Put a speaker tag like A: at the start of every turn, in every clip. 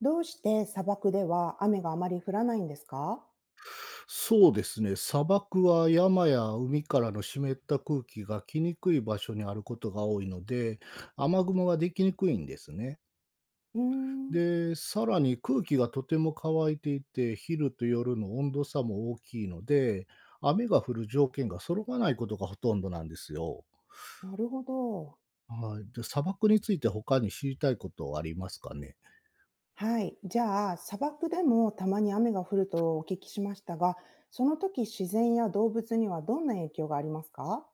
A: どうして砂漠では雨があまり降らないんですか。
B: そうですね。砂漠は山や海からの湿った空気が来にくい場所にあることが多いので、雨雲ができにくいんですね。
A: うーん、
B: で、さらに空気がとても乾いていて、昼と夜の温度差も大きいので、雨が降る条件が揃わないことがほとんどなんですよ。
A: なるほど。
B: はい。で、砂漠について他に知りたいことはありますかね？
A: はい。じゃあ、砂漠でもたまに雨が降るとお聞きしましたが、その時自然や動物にはどんな影響がありますか。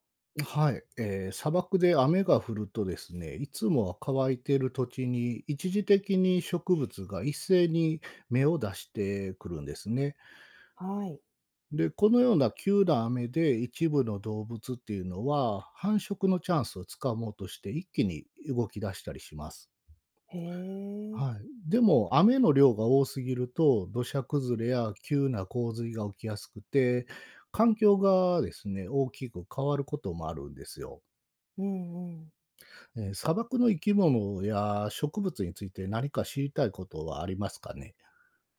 B: はい、砂漠で雨が降るとですね、いつもは乾いている土地に一時的に植物が一斉に芽を出してくるんですね。
A: はい。
B: で、このような急な雨で一部の動物っていうのは繁殖のチャンスをつかもうとして一気に動き出したりします。
A: へえ。
B: はい、でも雨の量が多すぎると土砂崩れや急な洪水が起きやすくて環境がですね大きく変わることもあるんですよ。
A: うんうん。
B: 砂漠の生き物や植物について何か知りたいことはありますかね？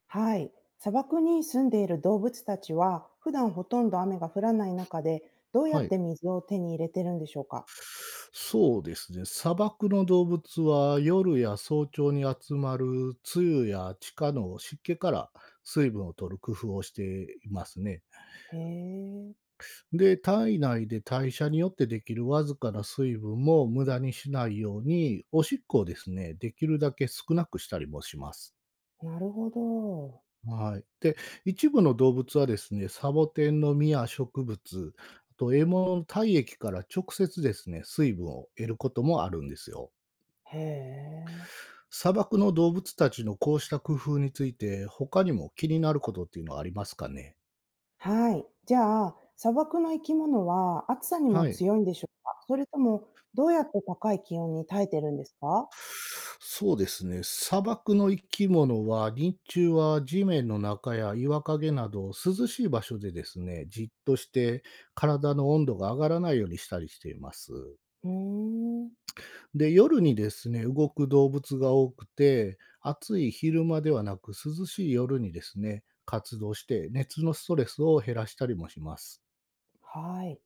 A: はい。砂漠に住んでいる動物たちは、普段ほとんど雨が降らない中で、どうや
B: は
A: っ
B: い。
A: て水を手に入れてるんでしょうか。
B: そうですね、砂漠の動物は夜や早朝に集まる露や地下の湿気から水分を取る工夫をしていますね。
A: へえ。
B: で、体内で代謝によってできるわずかな水分も無駄にしないように、おしっこをですね、できるだけ少なくしたりもします。
A: なるほど。
B: はい。で、一部の動物はですね、サボテンの実や植物、あと獲物の体液から直接ですね、水分を得ることもあるんですよ。
A: へえ。
B: 砂漠の動物たちのこうした工夫について、他にも気になることっていうのはありますかね？
A: はい。じゃあ、砂漠の生き物は暑さに
B: は
A: も
B: い。
A: 強いんでしょうか？それともどうやって高い気温に耐えてるんですか？
B: そうですね。砂漠の生き物は、日中は地面の中や岩陰など涼しい場所でですね、じっとして体の温度が上がらないようにしたりしています。
A: うーん、
B: で、夜にですね、動く動物が多くて、暑い昼間ではなく、涼しい夜にですね、活動して、熱のストレスを減らしたりもします。
A: はい、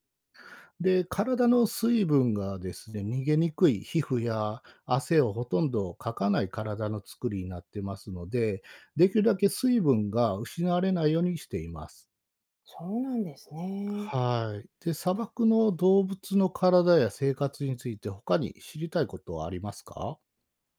B: で、体の水分がですね、逃げにくい皮膚や汗をほとんどかかない体の作りになってますので、できるだけ水分が失われないようにしています。
A: そうなんですね。
B: はい。で、砂漠の動物の体や生活について他に知りたいことはありますか？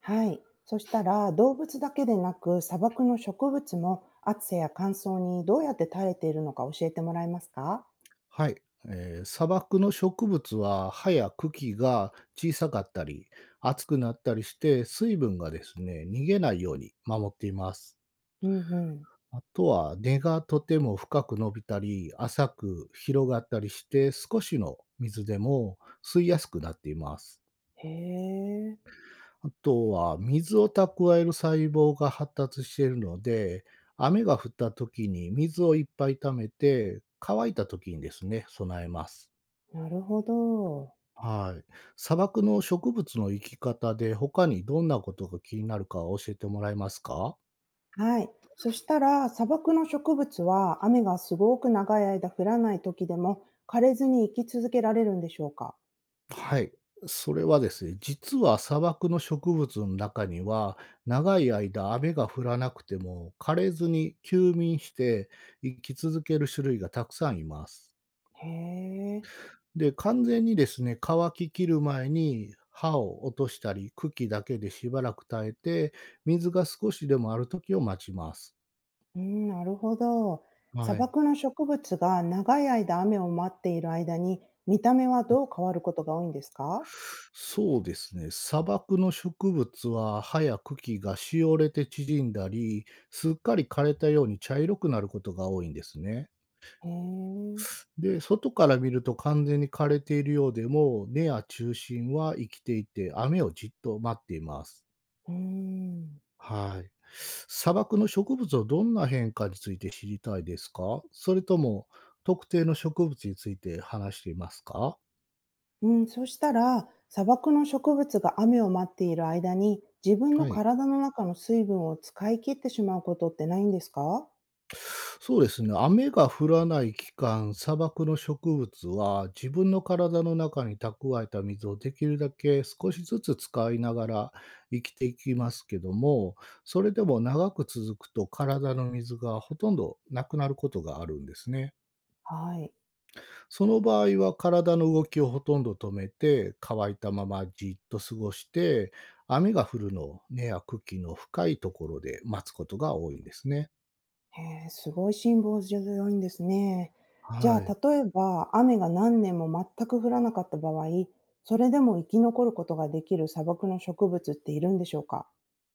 A: はい。そしたら、動物だけでなく、砂漠の植物も暑さや乾燥にどうやって耐えているのか教えてもらえますか？
B: はい。砂漠の植物は葉や茎が小さかったり、厚くなったりして、水分がですね、逃げないように守っています。
A: うんうん。
B: あとは根がとても深く伸びたり、浅く広がったりして、少しの水でも吸いやすくなっています。
A: へえ、
B: あとは水を蓄える細胞が発達しているので、雨が降った時に水をいっぱい溜めて、乾いた時にですね、備えます。
A: なるほど。
B: はい。砂漠の植物の生き方で他にどんなことが気になるか教えてもらえますか？
A: はい。そしたら、砂漠の植物は雨がすごく長い間降らない時でも枯れずに生き続けられるんでしょうか。
B: はい。それはですね、実は砂漠の植物の中には、長い間雨が降らなくても枯れずに休眠して生き続ける種類がたくさんいます。
A: へえ、
B: で、完全にですね、乾ききる前に葉を落としたり、茎だけでしばらく耐えて、水が少しでもある時を待ちます。
A: うん、なるほど。砂
B: はい。
A: 漠の植物が長い間雨を待っている間に見た目はどう変わることが多いんですか。
B: そうですね。砂漠の植物は葉や茎がしおれて縮んだり、すっかり枯れたように茶色くなることが多いんですね。
A: へえ、
B: で、外から見ると完全に枯れているようでも、根や中心は生きていて、雨をじっと待っています。
A: うん。
B: はい。砂漠の植物のどんな変化について知りたいですか？それとも特定の植物について話していますか？
A: うん、そしたら、砂漠の植物が雨を待っている間に自分の
B: はい。
A: 体の中の水分を使い切ってしまうことってないんですか。
B: そうですね、雨が降らない期間、砂漠の植物は自分の体の中に蓄えた水をできるだけ少しずつ使いながら生きていきますけども、それでも長く続くと体の水がほとんどなくなることがあるんですね。
A: はい。
B: その場合は体の動きをほとんど止めて、乾いたままじっと過ごして、雨が降るのを根や茎の深いところで待つことが多いんですね。
A: へえ、すごい辛抱強いんですね。じゃ
B: はい。
A: あ、例えば、雨が何年も全く降らなかった場合、それでも生き残ることができる砂漠の植物っているんでしょうか？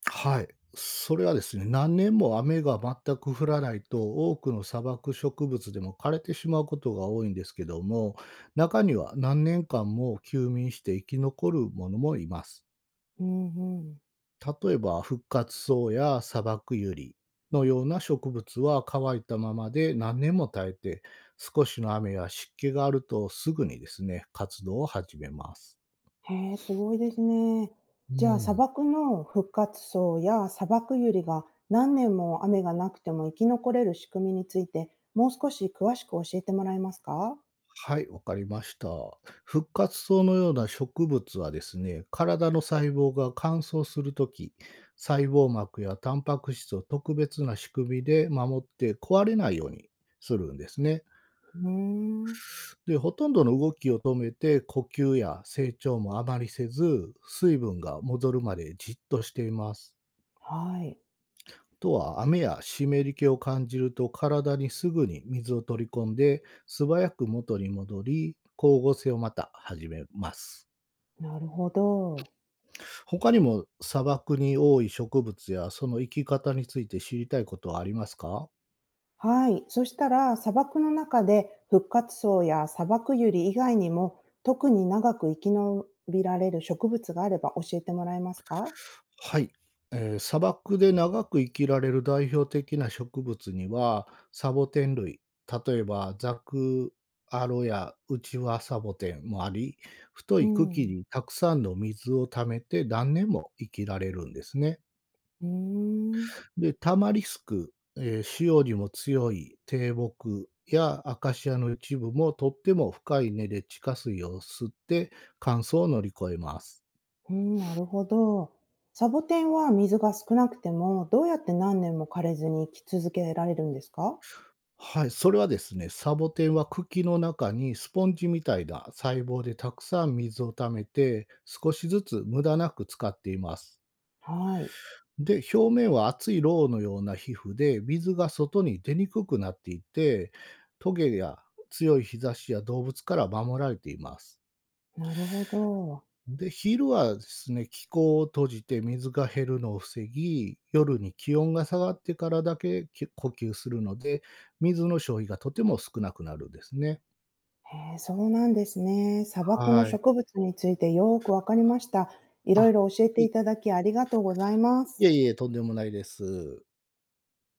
B: はい。それはですね、何年も雨が全く降らないと、多くの砂漠植物でも枯れてしまうことが多いんですけども、中には何年間も休眠して生き残るものもいます。
A: うんうん。
B: 例えば、復活草や砂漠ユリのような植物は乾いたままで何年も耐えて、少しの雨や湿気があるとすぐにですね、活動を始めます。
A: へえ、すごいですね。
B: う
A: じゃあ、砂
B: ん。
A: 漠の復活層や砂漠ユリが何年も雨がなくても生き残れる仕組みについて、もう少し詳しく教えてもらえますか？
B: はい、わかりました。復活草のような植物はですね、体の細胞が乾燥するとき、細胞膜やタンパク質を特別な仕組みで守って壊れないようにするんですね。
A: うーん、
B: で、ほとんどの動きを止めて、呼吸や成長もあまりせず、水分が戻るまでじっとしています。
A: はい、
B: とは雨や湿り気を感じると体にすぐに水を取り込んで素早く元に戻り光合成をまた始めます。
A: なるほど。
B: 他にも砂漠に多い植物やその生き方について知りたいことはありますか？
A: はい、そしたら砂漠の中で復活層や砂漠ユリ以外にも、特に長く生き延びられる植物があれば教えてもらえますか？
B: はい、砂漠で長く生きられる代表的な植物にはサボテン類、例えばザクアロやウチワサボテンもあり、太
A: う
B: い茎
A: ん、
B: にたくさんの水を溜めて何年も生きられるんですね。
A: うーん。
B: で、タマリスク、潮にも強い低木やアカシアの一部もとっても深い根で地下水を吸って乾燥を乗り越えます。
A: うん、なるほど。サボテンは水が少なくても、どうやって何年も枯れずに生き続けられるんですか。
B: はい、それはですね、サボテンは茎の中にスポンジみたいな細胞でたくさん水を溜めて、少しずつ無駄なく使っています。
A: はい。
B: で、表面は厚いロウのような皮膚で、水が外に出にくくなっていて、トゲや強い日差しや動物から守られています。
A: なるほど。
B: で、昼はですね、気候を閉じて水が減るのを防ぎ、夜に気温が下がってからだけ呼吸するので、水の消費がとても少なくなるんですね。
A: へえ、そうなんですね。砂漠の
B: はい。
A: 植物についてよーくわかりました。いろい
B: あ。
A: ろ教え
B: い
A: て
B: い
A: いただきありがとうございま
B: え
A: す。
B: いえ、とんでもないです。